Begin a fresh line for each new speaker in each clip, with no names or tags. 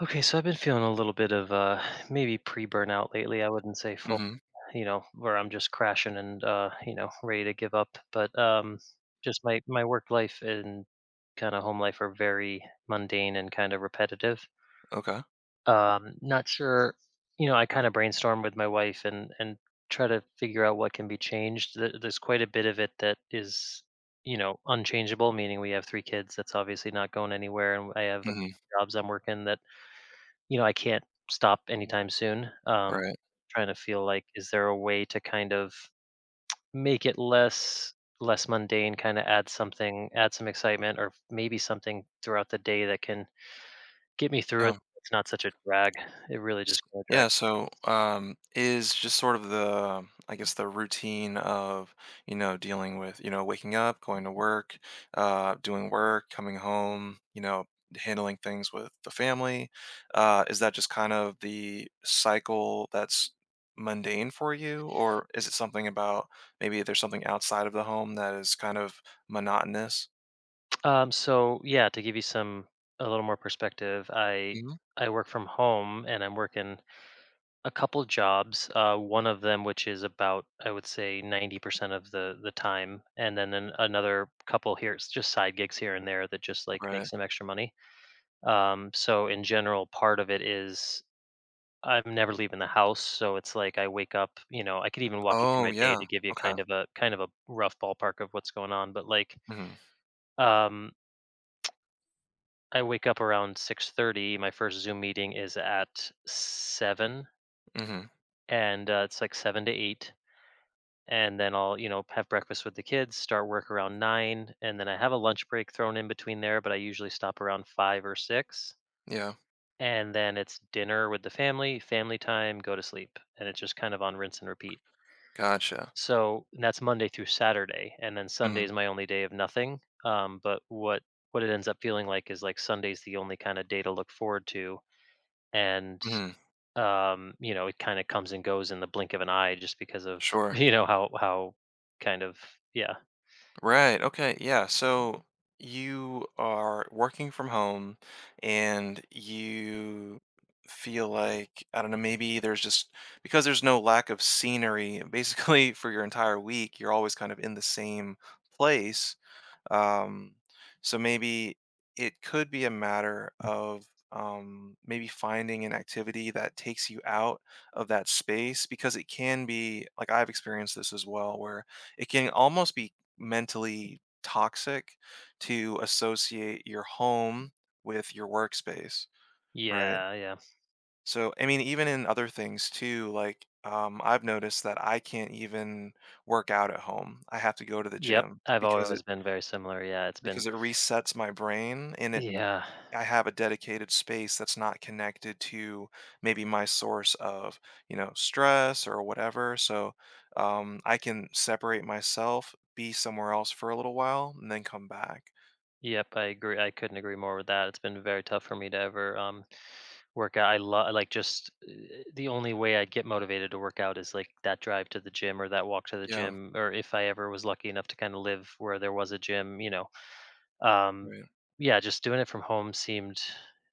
Okay, so I've been feeling a little bit of maybe pre-burnout lately. I wouldn't say full,
Mhm.
you know, where I'm just crashing and you know, ready to give up. But just my work life and kind of home life are very mundane and kind of repetitive.
Okay.
Not sure, you know, I kind of brainstorm with my wife and try to figure out what can be changed. There's quite a bit of it that is, you know, unchangeable. Meaning we have three kids. That's obviously not going anywhere, and I have a
Mhm.
jobs I'm working that you know, I can't stop anytime soon.
Right.
Trying to feel like, is there a way to kind of make it less mundane, kind of add something, add some excitement, or maybe something throughout the day that can get me through it.
Yeah.
It's not such a drag. It really just kind of drag.
Yeah. So, is just sort of the, I guess, the routine of, dealing with, waking up, going to work, doing work, coming home, handling things with the family. Is that just kind of the cycle that's mundane for you? Or is it something about maybe there's something outside of the home that is kind of monotonous?
So yeah, to give you some a little more perspective, I
Mhm.
I work from home and I'm working A couple jobs, one of them which is about, I would say, 90% of the time, and then another couple here, it's just side gigs here and there that just like make
Right.
some extra money. So in general, part of it is I'm never leaving the house, so it's like I wake up, you know, I could even walk you through
Oh,
my day
yeah.
to give you
Okay.
kind of a rough ballpark of what's going on, but like
Hmm.
um, I wake up around 6:30. My first Zoom meeting is at 7
Hmm.
and it's like 7 to 8 and then I'll, you know, have breakfast with the kids, start work around 9, and then I have a lunch break thrown in between there, but I usually stop around 5 or 6,
Yeah,
and then it's dinner with the family, family time, go to sleep, and it's just kind of on rinse and repeat.
gotcha.
So, and that's Monday through Saturday, and then Sunday
Mhm,
is my only day of nothing. But what it ends up feeling like is like Sunday's the only kind of day to look forward to, and
mhm,
you know, it kind of comes and goes in the blink of an eye, just because of
sure.
you know how kind of yeah.
Right, okay, yeah, so you are working from home and you feel like, I don't know, maybe there's just because there's no lack of scenery, basically for your entire week, you're always kind of in the same place. Um, so maybe it could be a matter of maybe finding an activity that takes you out of that space because it can be like I've experienced this as well, where it can almost be mentally toxic to associate your home with your workspace, right?
Yeah, yeah.
So, I mean, even in other things too, like I've noticed that I can't even work out at home. I have to go to the
Yep,
gym
I've
because
always
it
been very similar, yeah, it's been
because it resets my brain, and it
yeah.
I have a dedicated space that's not connected to maybe my source of, you know, stress or whatever. So I can separate myself, be somewhere else for a little while, and then come back.
Yep, I agree, I couldn't agree more with that, it's been very tough for me to ever, work out, I love like, just, the only way I'd get motivated to work out is, like, that drive to the gym or that walk to the
Yeah.
gym, or if I ever was lucky enough to kinda live where there was a gym, you know? Um,
Right.
yeah, just doing it from home seemed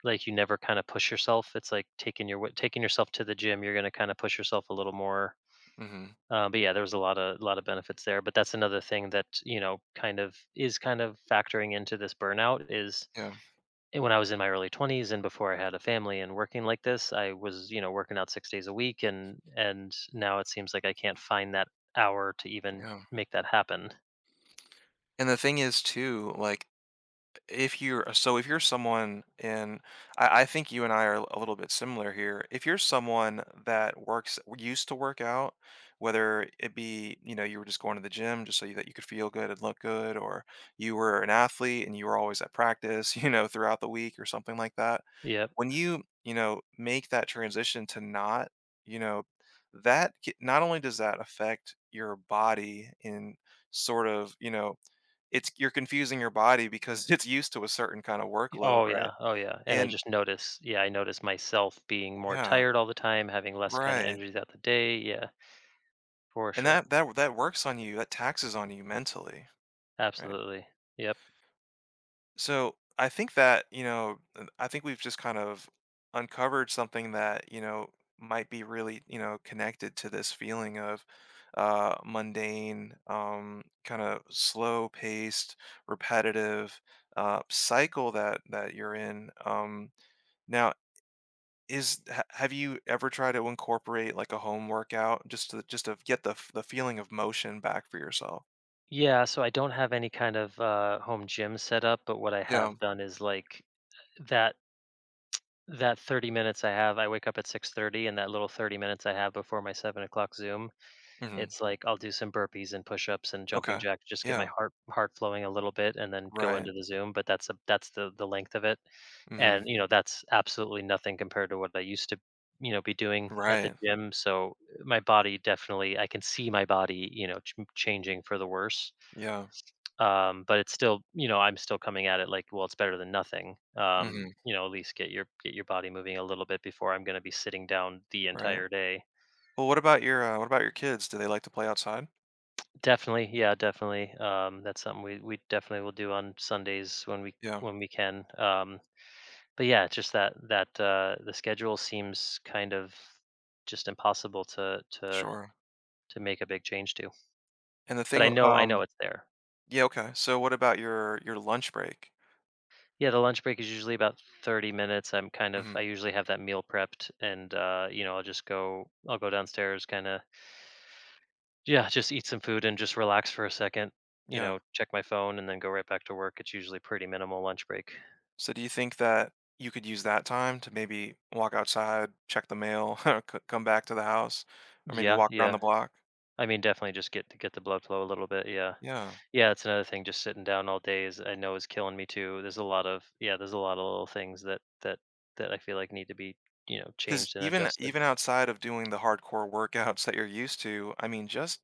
like you never kinda push yourself, it's like taking yourself to the gym, you're gonna kinda push yourself a little more.
Hmm.
But yeah, there was a lot of benefits there. But that's another thing that you know kind of factoring into this burnout is
Yeah.
and when I was in my early twenties and before I had a family and working like this, I was you know working out 6 days a week, and now it seems like I can't find that hour to even
Yeah.
make that happen.
And the thing is, too, like if you're so if you're someone in I think you and I are a little bit similar here. If you're someone that works used to work out, whether it be, you know, you were just going to the gym just so you, that you could feel good and look good, or you were an athlete and you were always at practice, you know, throughout the week or something like that.
Yep.
When you know, make that transition to not, you know, not only does that affect your body in sort of, you know, it's you're confusing your body because it's used to a certain kind of
Oh
workload, right?
yeah. Oh yeah. And I
And
just notice. Yeah, I notice myself being more
yeah,
tired all the time, having less kind of
right.
energy throughout the day. Yeah, for
And
sure.
that works on you, that taxes on you mentally, right?
Absolutely. Yep.
So I think that, you know, I think we've just kind of uncovered something that, you know, might be really, you know, connected to this feeling of mundane, kind of slow paced, repetitive cycle that you're in. Now Is ha have you ever tried to incorporate, like, a home workout just to get the feeling of motion back for yourself?
Yeah, so I don't have any kind of home gym set up, but what I
Yeah.
have done is like that that 30 minutes I have, I wake up at 6:30, and that little 30 minutes I have before my 7 o'clock Zoom,
Mhm.
it's like I'll do some burpees and push-ups and jumping
Okay.
jacks, just get my
Yeah.
heart flowing a little bit, and then go
Right.
into the Zoom. But that's the length of it,
Mhm.
and you know that's absolutely nothing compared to what I used to you know be doing at the
Right.
gym. So my body definitely, I can see my body you know changing for the worse,
Yeah.
but it's still, you know, I'm still coming at it like, well, it's better than nothing.
Mhm.
You know, at least get your body moving a little bit before I'm going to be sitting down the
Right.
entire day.
Well, what about your kids? Do they like to play outside?
Definitely, yeah, definitely. That's something we definitely will do on Sundays
Yeah.
when we can. But yeah, it's just that that the schedule seems kind of just impossible to
Sure.
to make a big change to.
And the
But
thing
I know it's there.
yeah, okay. So what about your lunch break?
Yeah, the lunch break is usually about 30 minutes. I'm kind of I
Mhm.
usually have that meal prepped and you know, I'll go downstairs kind of yeah, just eat some food and just relax for a second, you
Yeah.
know, check my phone and then go right back to work. It's usually pretty minimal lunch break.
So do you think that you could use that time to maybe walk outside, check the mail, c come back to the house, or maybe
Yeah,
walk around
yeah.
the block?
I mean, definitely just get the blood flow a little bit. Yeah.
Yeah,
Yeah, it's another thing just sitting down all day is I know is killing me too. There's a lot of yeah, there's a lot of little things that I feel like need to be, you know,
because
changed and adjusted.
even outside of doing the hardcore workouts that you're used to, I mean, just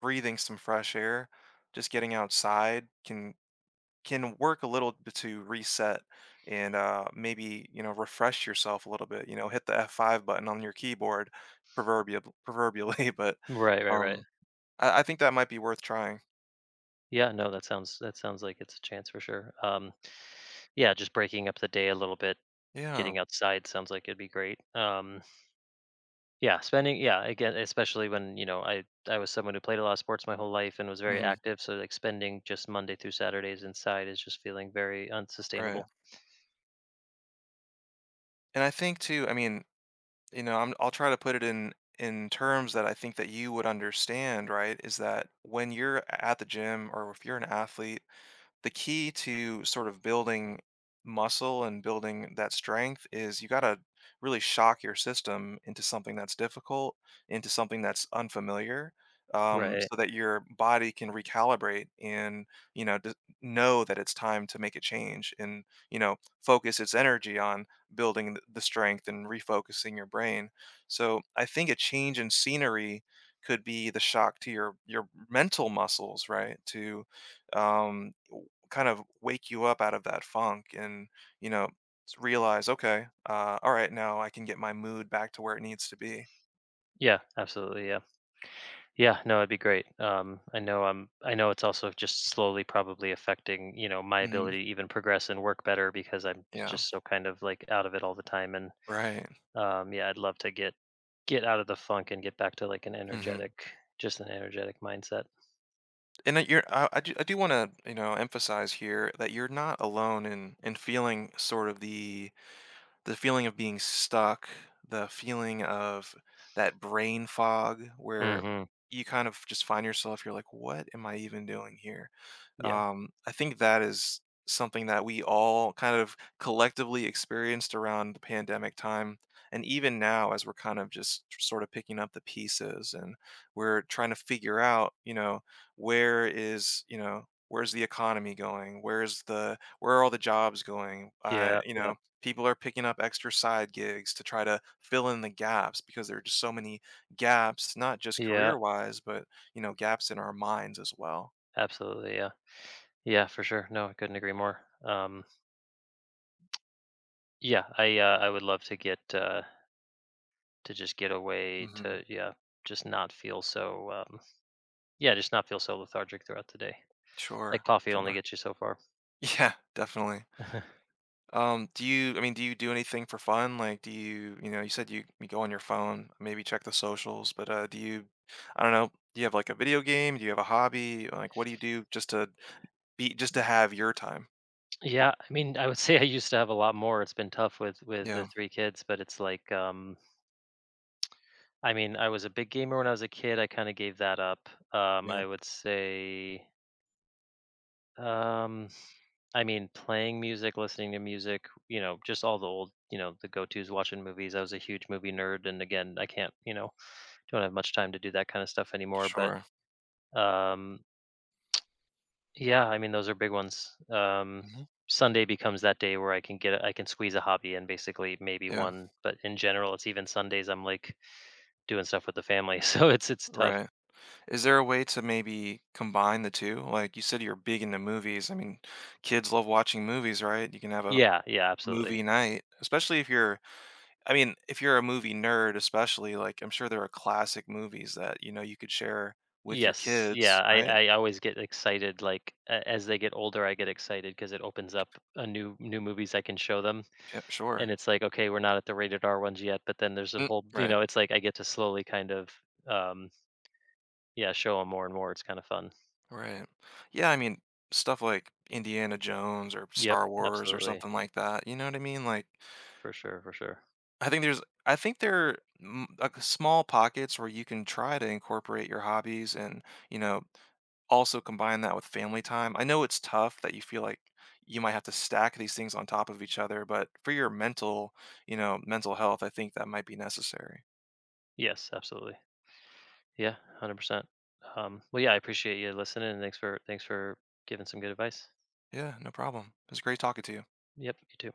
breathing some fresh air, just getting outside can work a little bit to reset and maybe you know refresh yourself a little bit. You know, hit the F5 button on your keyboard, proverbially. But
Right, right, right.
um, I think that might be worth trying.
Yeah, no, that sounds like it's a chance for sure. Yeah, just breaking up the day a little bit,
Yeah.
getting outside sounds like it'd be great. Yeah, spending yeah again, especially when you know I was someone who played a lot of sports my whole life and was very
Hmm.
active, so like spending just Monday through Saturdays inside is just feeling very
Right.
unsustainable.
And I think too. I mean, you know, I'll try to put it in terms that I think that you would understand, right? Is that when you're at the gym or if you're an athlete, the key to sort of building muscle and building that strength is you got to really shock your system into something that's difficult, into something that's unfamiliar,
Right.
so that your body can recalibrate and you know know that it's time to make a change and you know focus its energy on building the strength and refocusing your brain. So I think a change in scenery could be the shock to your mental muscles, right? To um, kind of wake you up out of that funk and, you know, realize, okay, all right, now I can get my mood back to where it needs to be.
Yeah, absolutely. Yeah. Yeah, no, it'd be great. I know I know it's also just slowly probably affecting, you know, my
Mhm.
ability to even progress and work better because I'm
Yeah.
just so kind of like out of it all the time and
Right.
yeah, I'd love to get out of the funk and get back to like an
Hmm.
energetic just an energetic mindset.
And that you're, I do want to, you know, emphasize here that you're not alone in feeling sort of the the feeling of being stuck, the feeling of that brain fog where
hmm
you kind of just find yourself, you're like, what am I even doing here?
yeah,
I think that is something that we all kind of collectively experienced around the pandemic time. And even now, as we're kind of just sort of picking up the pieces and we're trying to figure out, you know, where's the economy going? Where are all the jobs going?
yeah,
You
yeah,
know, people are picking up extra side gigs to try to fill in the gaps because there are just so many gaps, not just
yeah,
career wise, but you know, gaps in our minds as well.
absolutely, yeah, yeah, for sure, no, I couldn't agree more. Yeah, I would love to get to just get away
Hmm.
to yeah, just not feel so yeah, just not feel so lethargic throughout the day. Like
Sure,
coffee only
sure.
gets you so far.
Yeah, definitely. Do you, I mean, do you do anything for fun? Like, do you, you know, you said you, you go on your phone, maybe check the socials, but do you, I don't know, do you have like a video game? Do you have a hobby? Like, what do you do just to be, just to have your time?
Yeah, I mean, I would say I used to have a lot more, it's been tough with the
Yeah,
three kids, but it's like I mean, I was a big gamer when I was a kid. I kind of gave that up.
yeah,
Um, I mean, playing music, listening to music, you know, just all the old, you know, the go tos, watching movies. I was a huge movie nerd. And again, I can't, you know, don't have much time to do that kind of stuff anymore. But
sure.
um, yeah, I mean, those are big ones.
Hmm.
Sunday becomes that day where I can squeeze a hobby in basically maybe
Yeah,
one. But in general, it's even Sundays, I'm like doing stuff with the family. So it's tough.
right. Is there a way to maybe combine the two? Like, you said you're big into movies, I mean, kids love watching movies, right? You can have a
Yeah. Yeah. Absolutely.
movie night, especially if you're I mean, if you're a movie nerd especially, like, I'm sure there are classic movies that, you know, you could share with your
Yes, yeah,
kids,
I
right?
I always get excited, like, a as they get older, I get excited because it opens up a new movies I can show them,
Yeah,
and
sure.
it's like, "Okay, we're not at the rated R ones yet," but then there's a
Mm,
whole you
right,
know, it's like I get to slowly kind of, um, yeah, show them more and more, it's kinda fun.
right. Yeah, I mean, stuff like Indiana Jones or
Yep,
Star Wars or
absolutely,
something like that, you know what I mean? Like
for sure, for sure.
I think there like small pockets where you can try to incorporate your hobbies and, you know, also combine that with family time. I know it's tough that you feel like you might have to stack these things on top of each other, but for your mental, you know, mental health, I think that might be necessary.
Yes, absolutely. Yeah, 100%. Well, yeah, I appreciate you listening, and thanks for giving some good advice.
Yeah, no problem. It was great talking to you.
Yep, you too.